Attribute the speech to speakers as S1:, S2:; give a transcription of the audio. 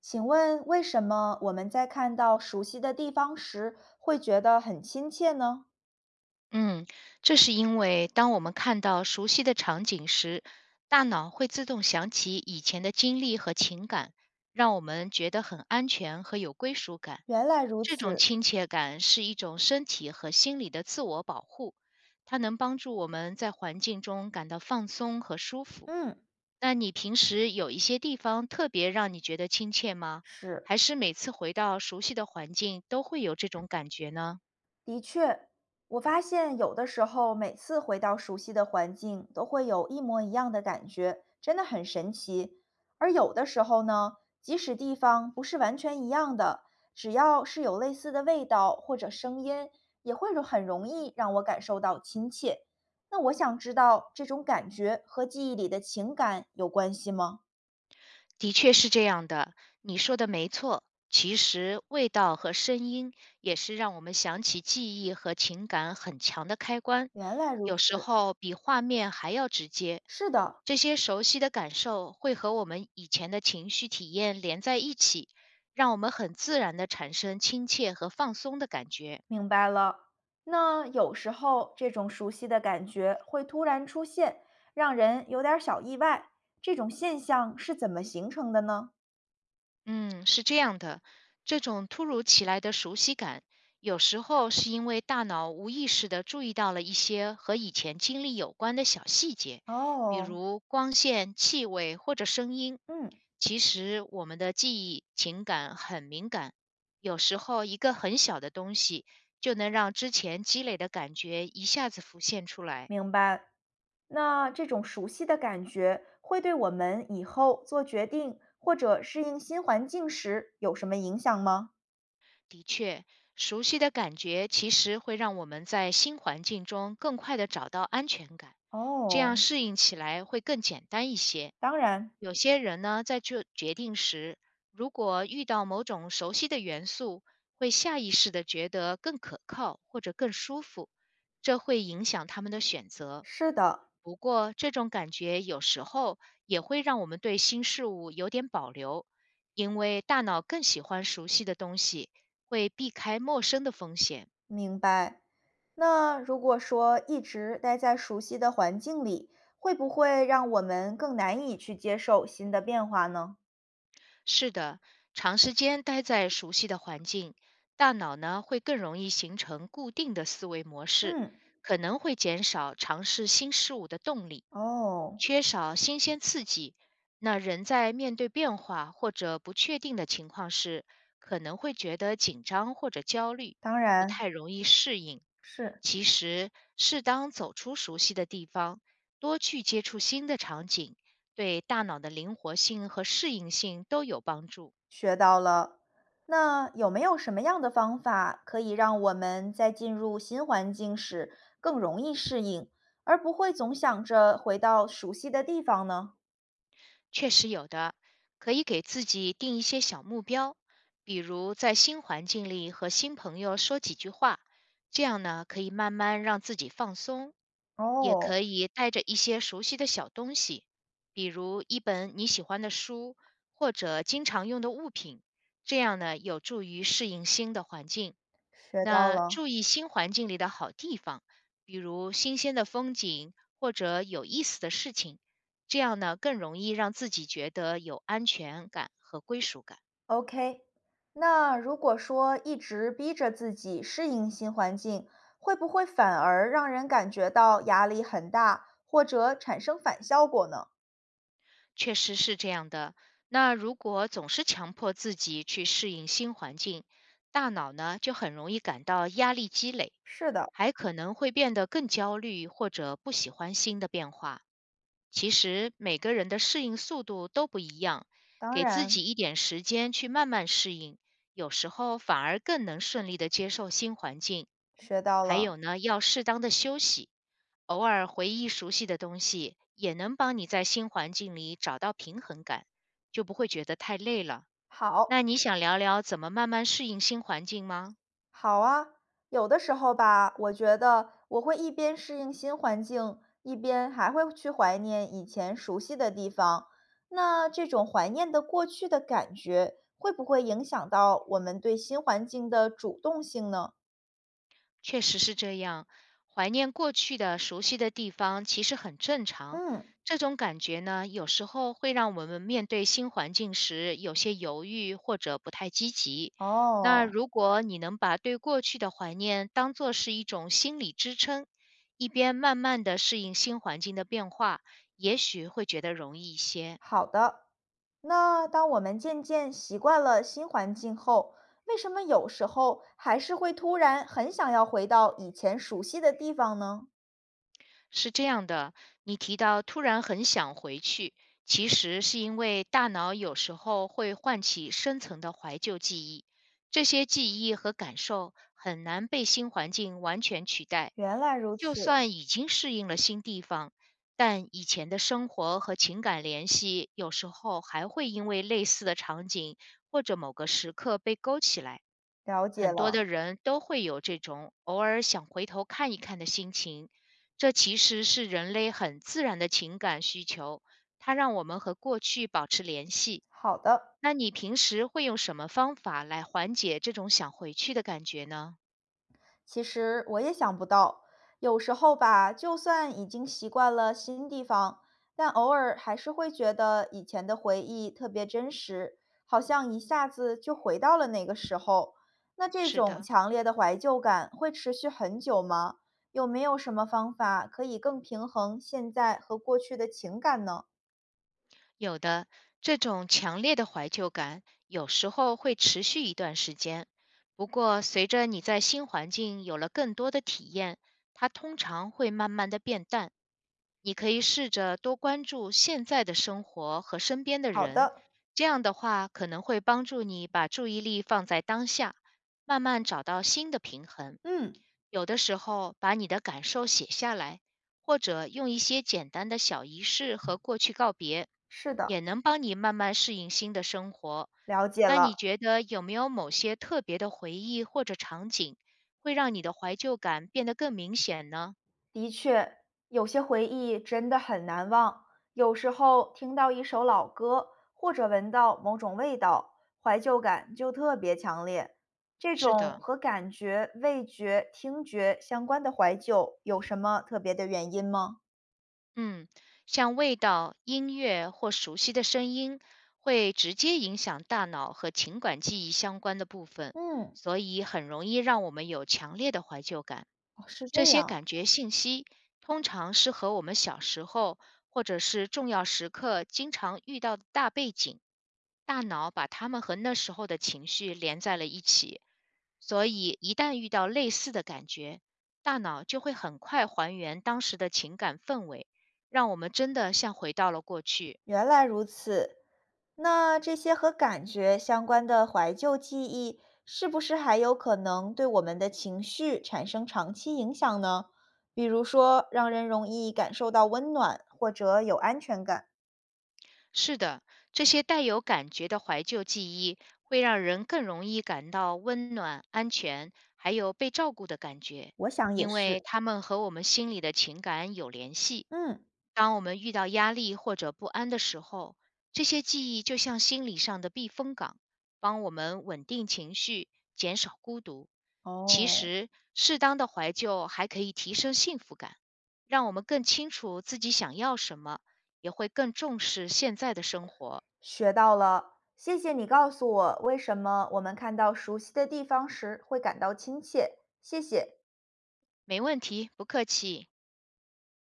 S1: 请问为什么我们在看到熟悉的地方时会觉得很亲切呢？
S2: 嗯，这是因为当我们看到熟悉的场景时，大脑会自动想起以前的经历和情感，让我们觉得很安全和有归属感。
S1: 原来如
S2: 这种
S1: 此，
S2: 亲切感是一种身体和心理的自我保护，它能帮助我们在环境中感到放松和舒服。
S1: 嗯，
S2: 那你平时有一些地方特别让你觉得亲切吗？
S1: 是。
S2: 还是每次回到熟悉的环境都会有这种感觉呢？
S1: 的确，我发现有的时候每次回到熟悉的环境，都会有一模一样的感觉，真的很神奇。而有的时候呢，即使地方不是完全一样的，只要是有类似的味道或者声音，也会容易让我感受到亲切。那我想知道，这种感觉和记忆里的情感有关系吗？
S2: 的确是这样的，你说的没错。其实味道和声音也是让我们想起记忆和情感很强的开关，
S1: 原来如
S2: 有时
S1: 此，
S2: 候比画面还要直接。
S1: 是的，
S2: 这些熟悉的感受会和我们以前的情绪体验连在一起，让我们很自然地产生亲切和放松的感觉。
S1: 明白了。那有时候这种熟悉的感觉会突然出现，让人有点儿小意外。这种现象是怎么形成的呢？
S2: 嗯，是这样的，这种突如其来的熟悉感，有时候是因为大脑无意识的注意到了一些和以前经历有关的小细节，比
S1: 哦，
S2: 如光线、气味或者声音。
S1: 嗯，
S2: 其实我们的记忆、情感很敏感，有时候一个很小的东西就能让之前积累的感觉一下子浮现出来。
S1: 明白。那这种熟悉的感觉会对我们以后做决定或者适应新环境时有什么影响吗？
S2: 的确，熟悉的感觉其实会让我们在新环境中更快地找到安全感，这样
S1: 哦，
S2: 适应起来会更简单一些。
S1: 当然
S2: 有些人呢，在做决定时，如果遇到某种熟悉的元素，会下意识地觉得更可靠或者更舒服，这会影响他们的选择。
S1: 是的。
S2: 不过，这种感觉有时候也会让我们对新事物有点保留，因为大脑更喜欢熟悉的东西。会避开陌生的风险。
S1: 明白。那如果说一直待在熟悉的环境里，会不会让我们更难以去接受新的变化呢？
S2: 是的，长时间待在熟悉的环境，大脑呢会更容易形成固定的思维模式，
S1: 嗯，
S2: 可能会减少尝试新事物的动力。
S1: 哦，
S2: 缺少新鲜刺激，那人在面对变化或者不确定的情况时，可能会觉得紧张或者焦虑，
S1: 当
S2: 不
S1: 然
S2: 太容易适应。
S1: 是，
S2: 其实，适当走出熟悉的地方，多去接触新的场景，对大脑的灵活性和适应性都有帮助。
S1: 学到了。那有没有什么样的方法可以让我们在进入新环境时更容易适应，而不会总想着回到熟悉的地方呢？
S2: 确实有的，可以给自己定一些小目标，比如在新环境里和新朋友说几句话，这样呢可以慢慢让自己放松。也
S1: 哦，
S2: 可以带着一些熟悉的小东西，比如一本你喜欢的书或者经常用的物品，这样呢有助于适应新的环境。
S1: 学到
S2: 那
S1: 了。
S2: 注意新环境里的好地方，比如新鲜的风景或者有意思的事情。这样呢，更容易让自己觉得有安全感和归属感。
S1: OK，那如果说一直逼着自己适应新环境，会不会反而让人感觉到压力很大，或者产生反效果呢？
S2: 确实是这样的。那如果总是强迫自己去适应新环境，大脑呢就很容易感到压力积累，
S1: 是的，
S2: 还可能会变得更焦虑或者不喜欢新的变化。其实每个人的适应速度都不一样，
S1: 当
S2: 给自
S1: 然，
S2: 己一点时间去慢慢适应，有时候反而更能顺利的接受新环境。
S1: 学到
S2: 还有
S1: 了。
S2: 呢，要适当的休息，偶尔回忆熟悉的东西，也能帮你在新环境里找到平衡感，就不会觉得太累了。那
S1: 好，
S2: 你想聊聊怎么慢慢适应新环境吗？
S1: 好啊。有的时候吧，我觉得我会一边适应新环境，一边还会去怀念以前熟悉的地方。那这种怀念的过去的感觉，会不会影响到我们对新环境的主动性呢？
S2: 确实是这样，怀念过去的熟悉的地方其实很正常。
S1: 嗯，
S2: 这种感觉呢，有时候会让我们面对新环境时有些犹豫或者不太积极。那
S1: 哦，
S2: 如果你能把对过去的怀念当做是一种心理支撑，一边慢慢的适应新环境的变化，也许会觉得容易一些。
S1: 好的。那当我们渐渐习惯了新环境后，为什么有时候还是会突然很想要回到以前熟悉的地方呢？
S2: 是这样的，你提到突然很想回去，其实是因为大脑有时候会唤起深层的怀旧记忆，这些记忆和感受很难被新环境完全取代。
S1: 原来如
S2: 就
S1: 此，
S2: 算已经适应了新地方，但以前的生活和情感联系有时候还会因为类似的场景或者某个时刻被勾起来。
S1: 了解
S2: 很多
S1: 了。
S2: 的人都会有这种偶尔想回头看一看的心情，这其实是人类很自然的情感需求，它让我们和过去保持联系。
S1: 好的。
S2: 那你平时会用什么方法来缓解这种想回去的感觉呢？
S1: 其实我也想不到，有时候吧，就算已经习惯了新地方，但偶尔还是会觉得以前的回忆特别真实，好像一下子就回到了那个时候。那这
S2: 是
S1: 种
S2: 的，
S1: 强烈的怀旧感会持续很久吗？有没有什么方法可以更平衡现在和过去的情感呢？
S2: 有的，这种强烈的怀旧感有时候会持续一段时间，不过随着你在新环境有了更多的体验，它通常会慢慢的变淡。你可以试着多关注现在的生活和身边的
S1: 好
S2: 人，
S1: 的，
S2: 这样的话可能会帮助你把注意力放在当下，慢慢找到新的平衡。
S1: 嗯，
S2: 有的时候，把你的感受写下来，或者用一些简单的小仪式和过去告别，
S1: 是的，
S2: 也能帮你慢慢适应新的生活。
S1: 了解
S2: 那你
S1: 了。
S2: 觉得有没有某些特别的回忆或者场景，会让你的怀旧感变得更明显呢？
S1: 的确，有些回忆真的很难忘。有时候听到一首老歌，或者闻到某种味道，怀旧感就特别强烈。这
S2: 是
S1: 种
S2: 的，
S1: 和感觉、味觉、听觉相关的怀旧，有什么特别的原因吗？
S2: 嗯，像味道、音乐或熟悉的声音，会直接影响大脑和情感记忆相关的部分，
S1: 嗯，
S2: 所以很容易让我们有强烈的怀旧感。
S1: 哦是这
S2: 这些
S1: 样。
S2: 感觉信息通常是和我们小时候或者是重要时刻经常遇到的大背景，大脑把它们和那时候的情绪连在了一起，所以一旦遇到类似的感觉，大脑就会很快还原当时的情感氛围。让我们真的像回到了过去。
S1: 原来如此，那这些和感觉相关的怀旧记忆，是不是还有可能对我们的情绪产生长期影响呢？比如说，让人容易感受到温暖或者有安全感。
S2: 是的，这些带有感觉的怀旧记忆会让人更容易感到温暖、安全，还有被照顾的感觉，
S1: 我想也
S2: 因为
S1: 是。
S2: 它们和我们心里的情感有联系。
S1: 嗯，
S2: 当我们遇到压力或者不安的时候，这些记忆就像心理上的避风港，帮我们稳定情绪，减少孤独。其
S1: 哦，
S2: 实，适当的怀旧还可以提升幸福感，让我们更清楚自己想要什么。也会更重视现在的生活。
S1: 学到了，谢谢你告诉我为什么我们看到熟悉的地方时会感到亲切，谢谢。
S2: 没问题，不客气。